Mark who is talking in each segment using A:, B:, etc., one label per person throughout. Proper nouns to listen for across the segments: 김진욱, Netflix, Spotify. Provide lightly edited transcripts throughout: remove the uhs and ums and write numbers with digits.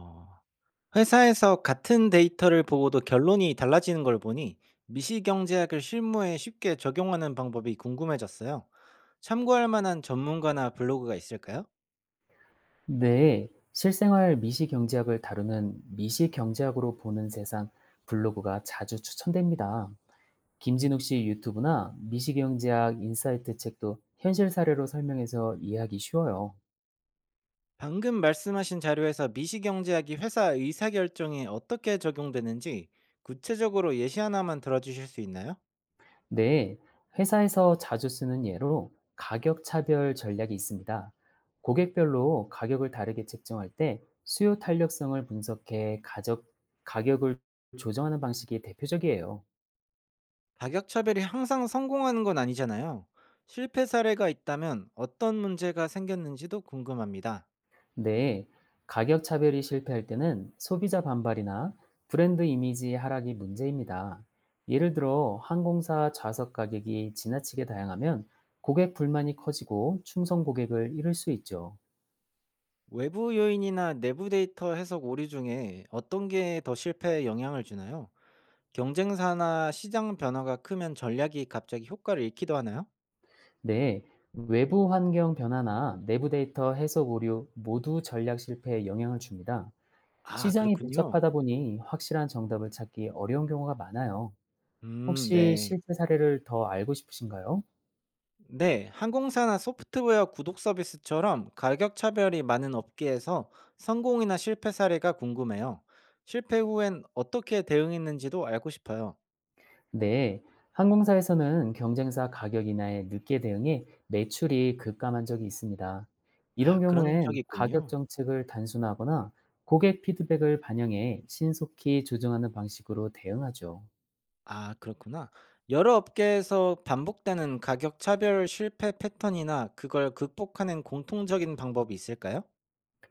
A: 어. 회사에서 같은 데이터를 보고도 결론이 달라지는 걸 보니 미시경제학을 실무에 쉽게 적용하는 방법이 궁금해졌어요. 참고할 만한 전문가나 블로그가 있을까요?
B: 네, 실생활 미시 경제학을 다루는 미시 경제학으로 보는 세상 블로그가 자주 추천됩니다. 김진욱 씨 유튜브나 미시 경제학 인사이트 책도 현실 사례로 설명해서 이해하기 쉬워요.
A: 방금 말씀하신 자료에서 미시경제학이 회사 의사결정에 어떻게 적용되는지 구체적으로 예시 하나만 들어주실 수 있나요?
B: 네, 회사에서 자주 쓰는 예로 가격 차별 전략이 있습니다. 고객별로 가격을 다르게 책정할 때 수요 탄력성을 분석해 가격을 조정하는 방식이 대표적이에요.
A: 가격차별이 항상 성공하는 건 아니잖아요. 실패 사례가 있다면 어떤 문제가 생겼는지도 궁금합니다.
B: 네, 가격 차별이 실패할 때는 소비자 반발이나 브랜드 이미지 하락이 문제입니다. 예를 들어 항공사 좌석 가격이 지나치게 다양하면 고객 불만이 커지고 충성 고객을 잃을 수 있죠.
A: 외부 요인이나 내부 데이터 해석 오류 중에 어떤 게 더 실패에 영향을 주나요? 경쟁사나 시장 변화가 크면 전략이 갑자기 효과를 잃기도 하나요?
B: 네, 외부 환경 변화나 내부 데이터 해석 오류 모두 전략 실패에 영향을 줍니다.
A: 아,
B: 시장이
A: 그렇군요.
B: 복잡하다 보니 확실한 정답을 찾기 어려운 경우가 많아요. 혹시
A: 네.
B: 실제 사례를 더 알고 싶으신가요?
A: 네, 항공사나 소프트웨어 구독 서비스처럼 가격 차별이 많은 업계에서 성공이나 실패 사례가 궁금해요. 실패 후엔 어떻게 대응했는지도 알고 싶어요.
B: 네, 항공사에서는 경쟁사 가격 인하에 늦게 대응해 매출이 급감한 적이 있습니다.
A: 아,
B: 이런
A: 그런
B: 경우엔
A: 적이
B: 가격
A: 있군요.
B: 정책을 단순화하거나 고객 피드백을 반영해 신속히 조정하는 방식으로 대응하죠.
A: 아 그렇구나. 여러 업계에서 반복되는 가격 차별 실패 패턴이나 그걸 극복하는 공통적인 방법이 있을까요?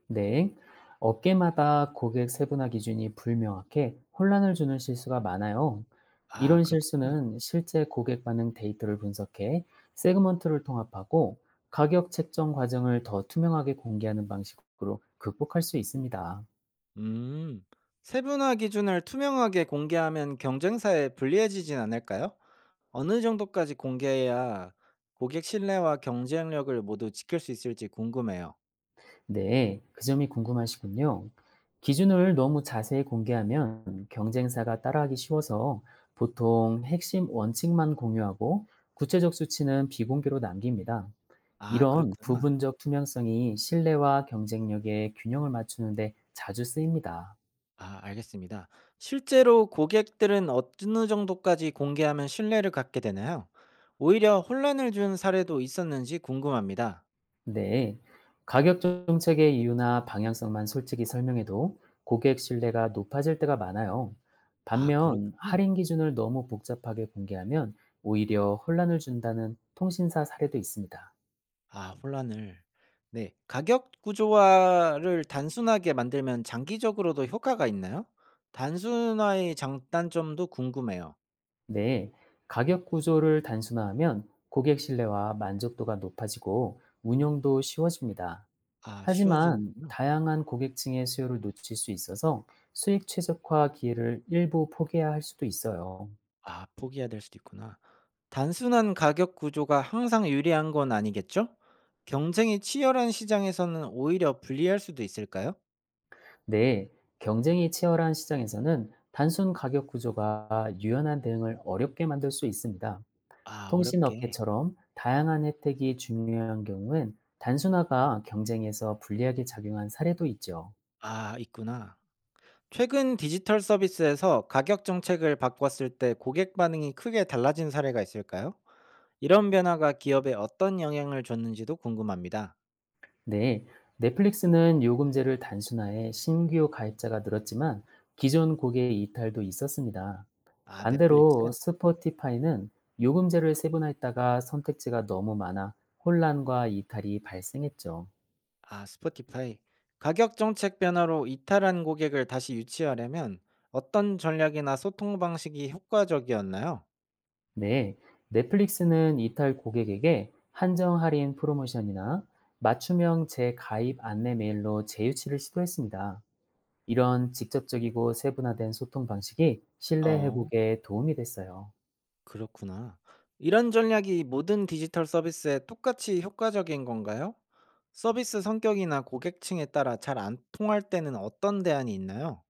B: 네. 업계마다 고객 세분화 기준이 불명확해 혼란을 주는 실수가 많아요.
A: 아
B: 이런
A: 그렇구나.
B: 실수는 실제 고객 반응 데이터를 분석해 세그먼트를 통합하고 가격 책정 과정을 더 투명하게 공개하는 방식으로 극복할 수 있습니다.
A: 음. 세분화 기준을 투명하게 공개하면 경쟁사에 불리해지진 않을까요? 어느 정도까지 공개해야 고객 신뢰와 경쟁력을 모두 지킬 수 있을지 궁금해요.
B: 네, 그 점이 궁금하시군요. 기준을 너무 자세히 공개하면 경쟁사가 따라하기 쉬워서 보통 핵심 원칙만 공유하고 구체적 수치는 비공개로 남깁니다.
A: 아
B: 이런
A: 그렇구나.
B: 부분적 투명성이 신뢰와 경쟁력의 균형을 맞추는데 자주 쓰입니다.
A: 아 알겠습니다. 실제로 고객들은 어느 정도까지 공개하면 신뢰를 갖게 되나요? 오히려 혼란을 준 사례도 있었는지 궁금합니다.
B: 근데 가격 정책의 이유나 방향성만 솔직히 설명해도 고객 신뢰가 높아질 때가 많아요.
A: 아
B: 반면
A: 그렇군요.
B: 할인 기준을 너무 복잡하게 공개하면 오히려 혼란을 준다는 통신사 사례도 있습니다.
A: 아 혼란을. 네. 가격 구조화를 단순하게 만들면 장기적으로도 효과가 있나요? 단순화의 장단점도 궁금해요.
B: 네, 가격 구조를 단순화하면 고객 신뢰와 만족도가 높아지고 운영도 쉬워집니다.
A: 아
B: 하지만
A: 쉬워지는군요.
B: 다양한 고객층의 수요를 놓칠 수 있어서 수익 최적화 기회를 일부 포기해야 할 수도 있어요.
A: 아 포기해야 될 수도 있구나. 단순한 가격 구조가 항상 유리한 건 아니겠죠? 경쟁이 치열한 시장에서는 오히려 불리할 수도 있을까요?
B: 네, 경쟁이 치열한 시장에서는 단순 가격 구조가 유연한 대응을 어렵게 만들 수 있습니다.
A: 아 어렵게.
B: 통신업계처럼 다양한 혜택이 중요한 경우엔 단순화가 경쟁에서 불리하게 작용한 사례도 있죠.
A: 아 있구나. 최근 디지털 서비스에서 가격 정책을 바꿨을 때 고객 반응이 크게 달라진 사례가 있을까요? 이런 변화가 기업에 어떤 영향을 줬는지도 궁금합니다.
B: 네, 넷플릭스는 요금제를 단순화해 신규 가입자가 늘었지만 기존 고객의 이탈도 있었습니다.
A: 아 넷플릭스?
B: 반대로 스포티파이는 요금제를 세분화했다가 선택지가 너무 많아 혼란과 이탈이 발생했죠.
A: 아, 스포티파이. 가격 정책 변화로 이탈한 고객을 다시 유치하려면 어떤 전략이나 소통 방식이 효과적이었나요?
B: 네, 넷플릭스는 이탈 고객에게 한정 할인 프로모션이나 맞춤형 재가입 안내 메일로 재유치를 시도했습니다. 이런 직접적이고 세분화된 소통 방식이 신뢰
A: 어,
B: 회복에 도움이 됐어요.
A: 그렇구나. 이런 전략이 모든 디지털 서비스에 똑같이 효과적인 건가요? 서비스 성격이나 고객층에 따라 잘 안 통할 때는 어떤 대안이 있나요?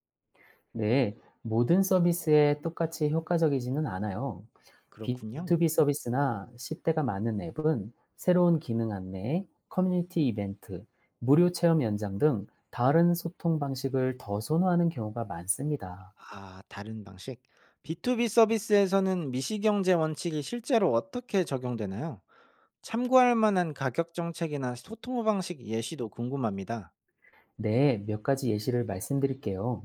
B: 네, 모든 서비스에 똑같이 효과적이지는 않아요.
A: 그렇군요.
B: B2B 서비스나 10대가 많은 앱은 새로운 기능 안내, 커뮤니티 이벤트, 무료 체험 연장 등 다른 소통 방식을 더 선호하는 경우가 많습니다.
A: 아 다른 방식? B2B 서비스에서는 미시경제 원칙이 실제로 어떻게 적용되나요? 참고할 만한 가격 정책이나 소통 방식 예시도 궁금합니다.
B: 네, 몇 가지 예시를 말씀드릴게요.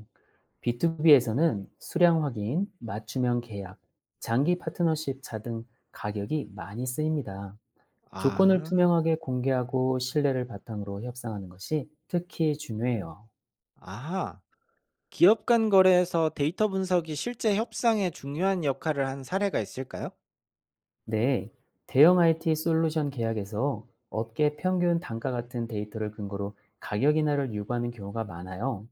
B: B2B에서는 수량 확인, 맞춤형 계약, 장기 파트너십 차 등 가격이 많이 쓰입니다. 조건을
A: 아,
B: 투명하게 공개하고 신뢰를 바탕으로 협상하는 것이 특히 중요해요.
A: 아하. 기업 간 거래에서 데이터 분석이 실제 협상에 중요한 역할을 한 사례가 있을까요?
B: 네, 대형 IT 솔루션 계약에서 업계 평균 단가 같은 데이터를 근거로 가격 인하를 요구하는 경우가 많아요.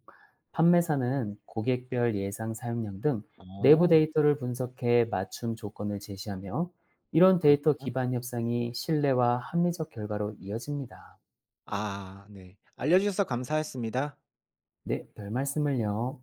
B: 판매사는 고객별 예상 사용량 등 내부
A: 어,
B: 데이터를 분석해 맞춤 조건을 제시하며 이런 데이터
A: 그렇구나.
B: 기반 협상이 신뢰와 합리적 결과로 이어집니다.
A: 아, 네. 알려주셔서 감사했습니다.
B: 네, 별 말씀을요.